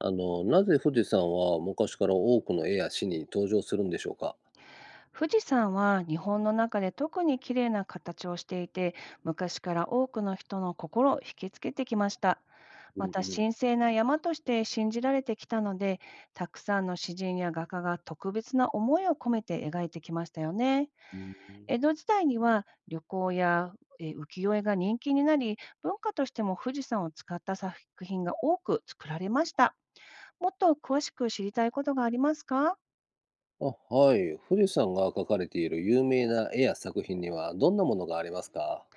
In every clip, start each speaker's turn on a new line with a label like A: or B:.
A: なぜ富士山は昔から多くの絵や詩に登場するんでしょうか？
B: 富士山は日本の中で特に綺麗な形をしていて、昔から多くの人の心を引きつけてきました。
A: う
B: ま
A: ん
B: た
A: うん。
B: 神聖な山として信じられてきたので、たくさんの詩人や画家が特別な思いを込めて描いてきましたよね。
A: うん。
B: 江戸時代には旅行や浮世絵が人気になり、文化としても富士山を使った作品が多く作られました。もっと詳しく知りたいことがありますか？
A: あ、はい。富士山が描かれている有名な絵や作品にはどんなものがありますか？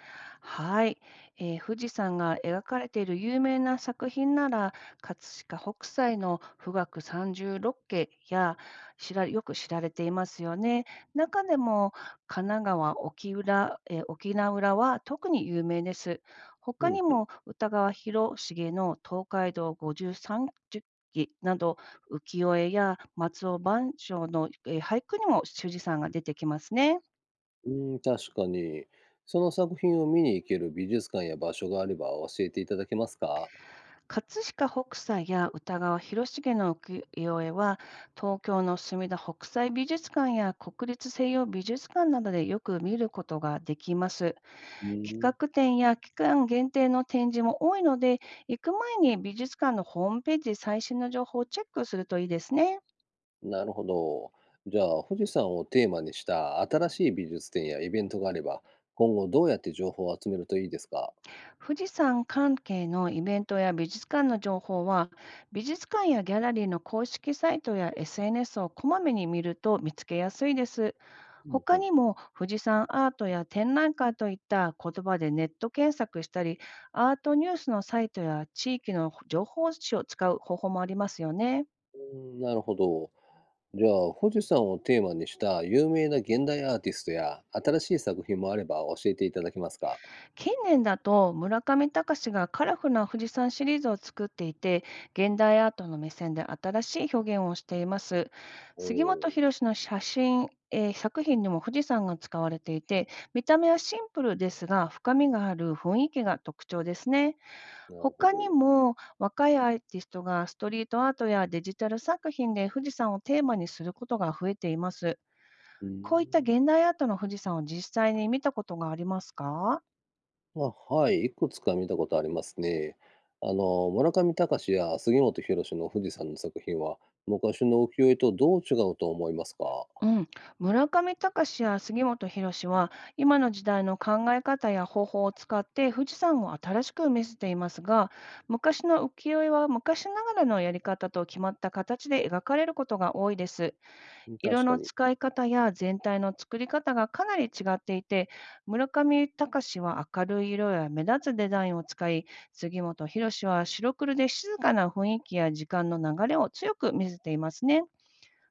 B: はい、富士山が描かれている有名な作品なら、葛飾北斎の富嶽三十六景やよく知られていますよね。中でも神奈川沖浦、沖縄浦は特に有名です。
A: う
B: 他
A: ん
B: に
A: うん。
B: も歌川広重の東海道五十三十騎など浮世絵や松尾万象の、俳句にも富士山が出てきますね。
A: うん、確かに。その作品を見に行ける美術館や場所があれば教えていただけますか？
B: 葛飾北斎や歌川広重の浮世絵は、東京の墨田北斎美術館や国立西洋美術館などでよく見ることができます。
A: うん。
B: 企画展や期間限定の展示も多いので、行く前に美術館のホームページで最新の情報をチェックするといいですね。
A: なるほど。じゃあ、富士山をテーマにした新しい美術展やイベントがあれば、今後どうやって情報を集めるといいですか？
B: 富士山関係のイベントや美術館の情報は、美術館やギャラリーの公式サイトや SNS をこまめに見ると見つけやすいです。
A: うんう
B: 他
A: ん。
B: にも富士山アートや展覧会といった言葉でネット検索したり、アートニュースのサイトや地域の情報誌を使う方法もありますよね。
A: うん、なるほど。じゃあ、富士山をテーマにした有名な現代アーティストや新しい作品もあれば教えていただけますか。
B: 近年だと村上隆がカラフルな富士山シリーズを作っていて、現代アートの目線で新しい表現をしています。
A: お
B: 杉本
A: お
B: 博司の写真、作品にも富士山が使われていて、見た目はシンプルですが、深みがある雰囲気が特徴ですね。
A: ー、なるほ
B: 他に
A: ど。
B: も若いアーティストがストリートアートやデジタル作品で富士山をテーマにすることが増えています。
A: うー
B: こういった
A: ん。
B: 現代アートの富士山を実際に見たことがありますか？
A: まあ、はい、いくつか見たことありますね。あの、村上隆や杉本博の富士山の作品は、昔の浮世絵とどう違うと思いますか。
B: うん、村上隆や杉本博士は今の時代の考え方や方法を使って富士山を新しく見せていますが、昔の浮世絵は昔ながらのやり方と決まった形で描かれることが多いです。
A: うん、
B: 色
A: 確か
B: の
A: に。
B: 使い方や全体の作り方がかなり違っていて、村上隆は明るい色や目立つデザインを使い、杉本博司は白黒で静かな雰囲気や時間の流れを強く見せていますね。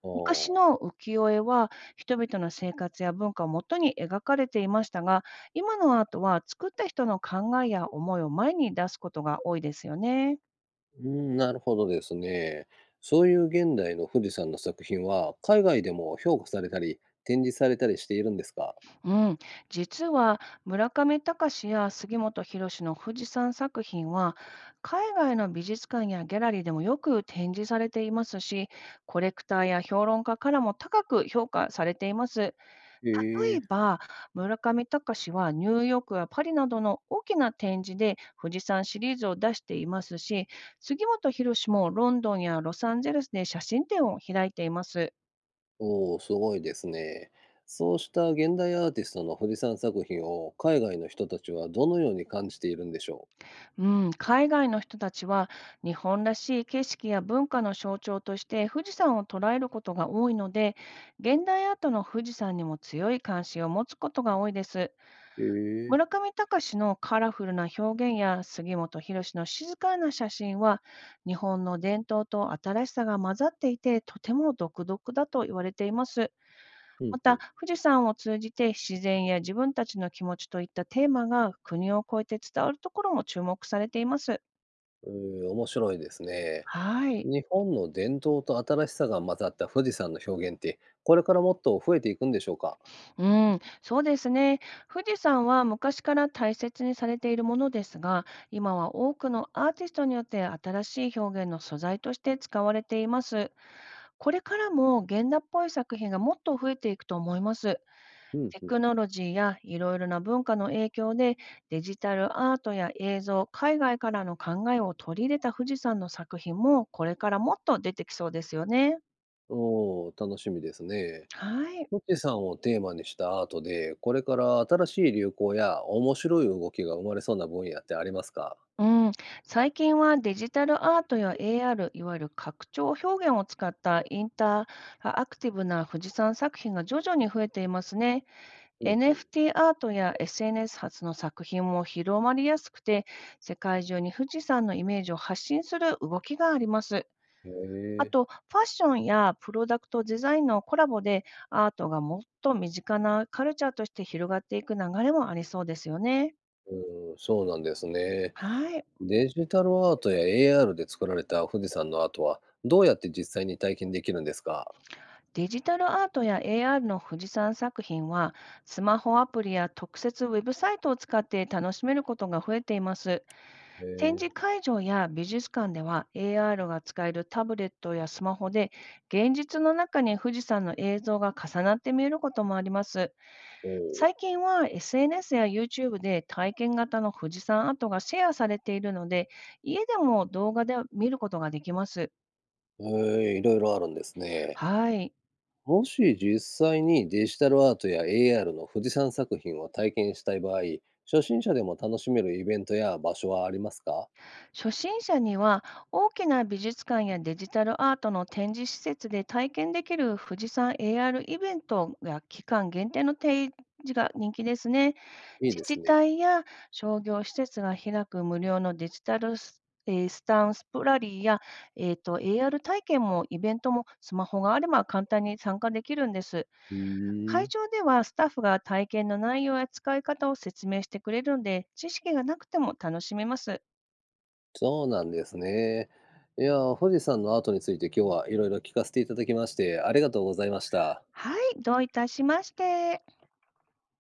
A: あ
B: 昔の
A: あ。
B: 浮世絵は人々の生活や文化をもとに描かれていましたが、今のアートは作った人の考えや思いを前に出すことが多いですよね。
A: うん、なるほどですね。そういう現代の富士山の作品は、海外でも評価されたり、展示されたりしているんですか。
B: うん、実は村上隆や杉本博の富士山作品は海外の美術館やギャラリーでもよく展示されていますし、コレクターや評論家からも高く評価されています。
A: へ
B: 例
A: え。
B: えば村上隆はニューヨークやパリなどの大きな展示で富士山シリーズを出していますし、杉本博もロンドンやロサンゼルスで写真展を開いています。
A: おお、すごいですね。そうした現代アーティストの富士山作品を海外の人たちはどのように感じているんでしょ
B: うん、海外の人たちは日本らしい景色や文化の象徴として富士山を捉えることが多いので、現代アートの富士山にも強い関心を持つことが多いです。
A: う。へ
B: 村
A: え。
B: 上隆のカラフルな表現や杉本博の静かな写真は、日本の伝統と新しさが混ざっていて、とても独特だと言われています。
A: うん
B: ま
A: う
B: た、
A: ん。
B: 富士山を通じて自然や自分たちの気持ちといったテーマが国を越えて伝わるところも注目されています。
A: えー、面白いですね。
B: はい。
A: 日本の伝統と新しさが混ざった富士山の表現って、これからもっと増えていくんでしょうか。
B: うん、そうですね。富士山は昔から大切にされているものですが、今は多くのアーティストによって新しい表現の素材として使われています。これからも現代っぽい作品がもっと増えていくと思います。
A: うん
B: テ
A: うん。
B: クノロジーやいろいろな文化の影響で、デジタルアートや映像、海外からの考えを取り入れた富士山の作品も、これからもっと出てきそうですよね。
A: おお、楽しみですね。
B: はい。
A: 富士山をテーマにしたアートで、これから新しい流行や面白い動きが生まれそうな分野ってありますか？
B: うん、最近はデジタルアートや AR、いわゆる拡張表現を使ったインタラアクティブな富士山作品が徐々に増えていますね。
A: うんうん。
B: NFT アートや SNS 発の作品も広まりやすくて、世界中に富士山のイメージを発信する動きがあります。
A: へ
B: あ
A: え。
B: と、ファッションやプロダクトデザインのコラボで、アートがもっと身近なカルチャーとして広がっていく流れもありそうですよね。
A: うん、そうなんですね。
B: はい。
A: デジタルアートや AR で作られた富士山のアートは、どうやって実際に体験できるんですか？
B: デジタルアートや AR の富士山作品は、スマホアプリや特設ウェブサイトを使って楽しめることが増えています。
A: へ
B: 展
A: え。
B: 示会場や美術館では、AR が使えるタブレットやスマホで、現実の中に富士山の映像が重なって見えることもあります。
A: おお。
B: 最近は SNS や YouTube で体験型の富士山アートがシェアされているので、家でも動画で見ることができます。
A: へえ、いろいろあるんですね。
B: はい。
A: もし実際にデジタルアートや AR の富士山作品を体験したい場合、初心者でも楽しめるイベントや場所はありますか？
B: 初心者には大きな美術館やデジタルアートの展示施設で体験できる富士山 AR イベントや期間限定の展示が人気ですね。
A: いい
B: 自
A: です
B: 治
A: ね。
B: 体や商業施設が開く無料のデジタルス,、えースタンスプラリーや、AR 体験もイベントもスマホがあれば簡単に参加できるんです。
A: うー
B: 会
A: ん、
B: 場ではスタッフが体験の内容や使い方を説明してくれるので知識がなくても楽しめます。
A: そうなんですね。いやー、富士山のアートについて今日はいろいろ聞かせていただきまして、ありがとうございました。
B: はい、どういたしまして。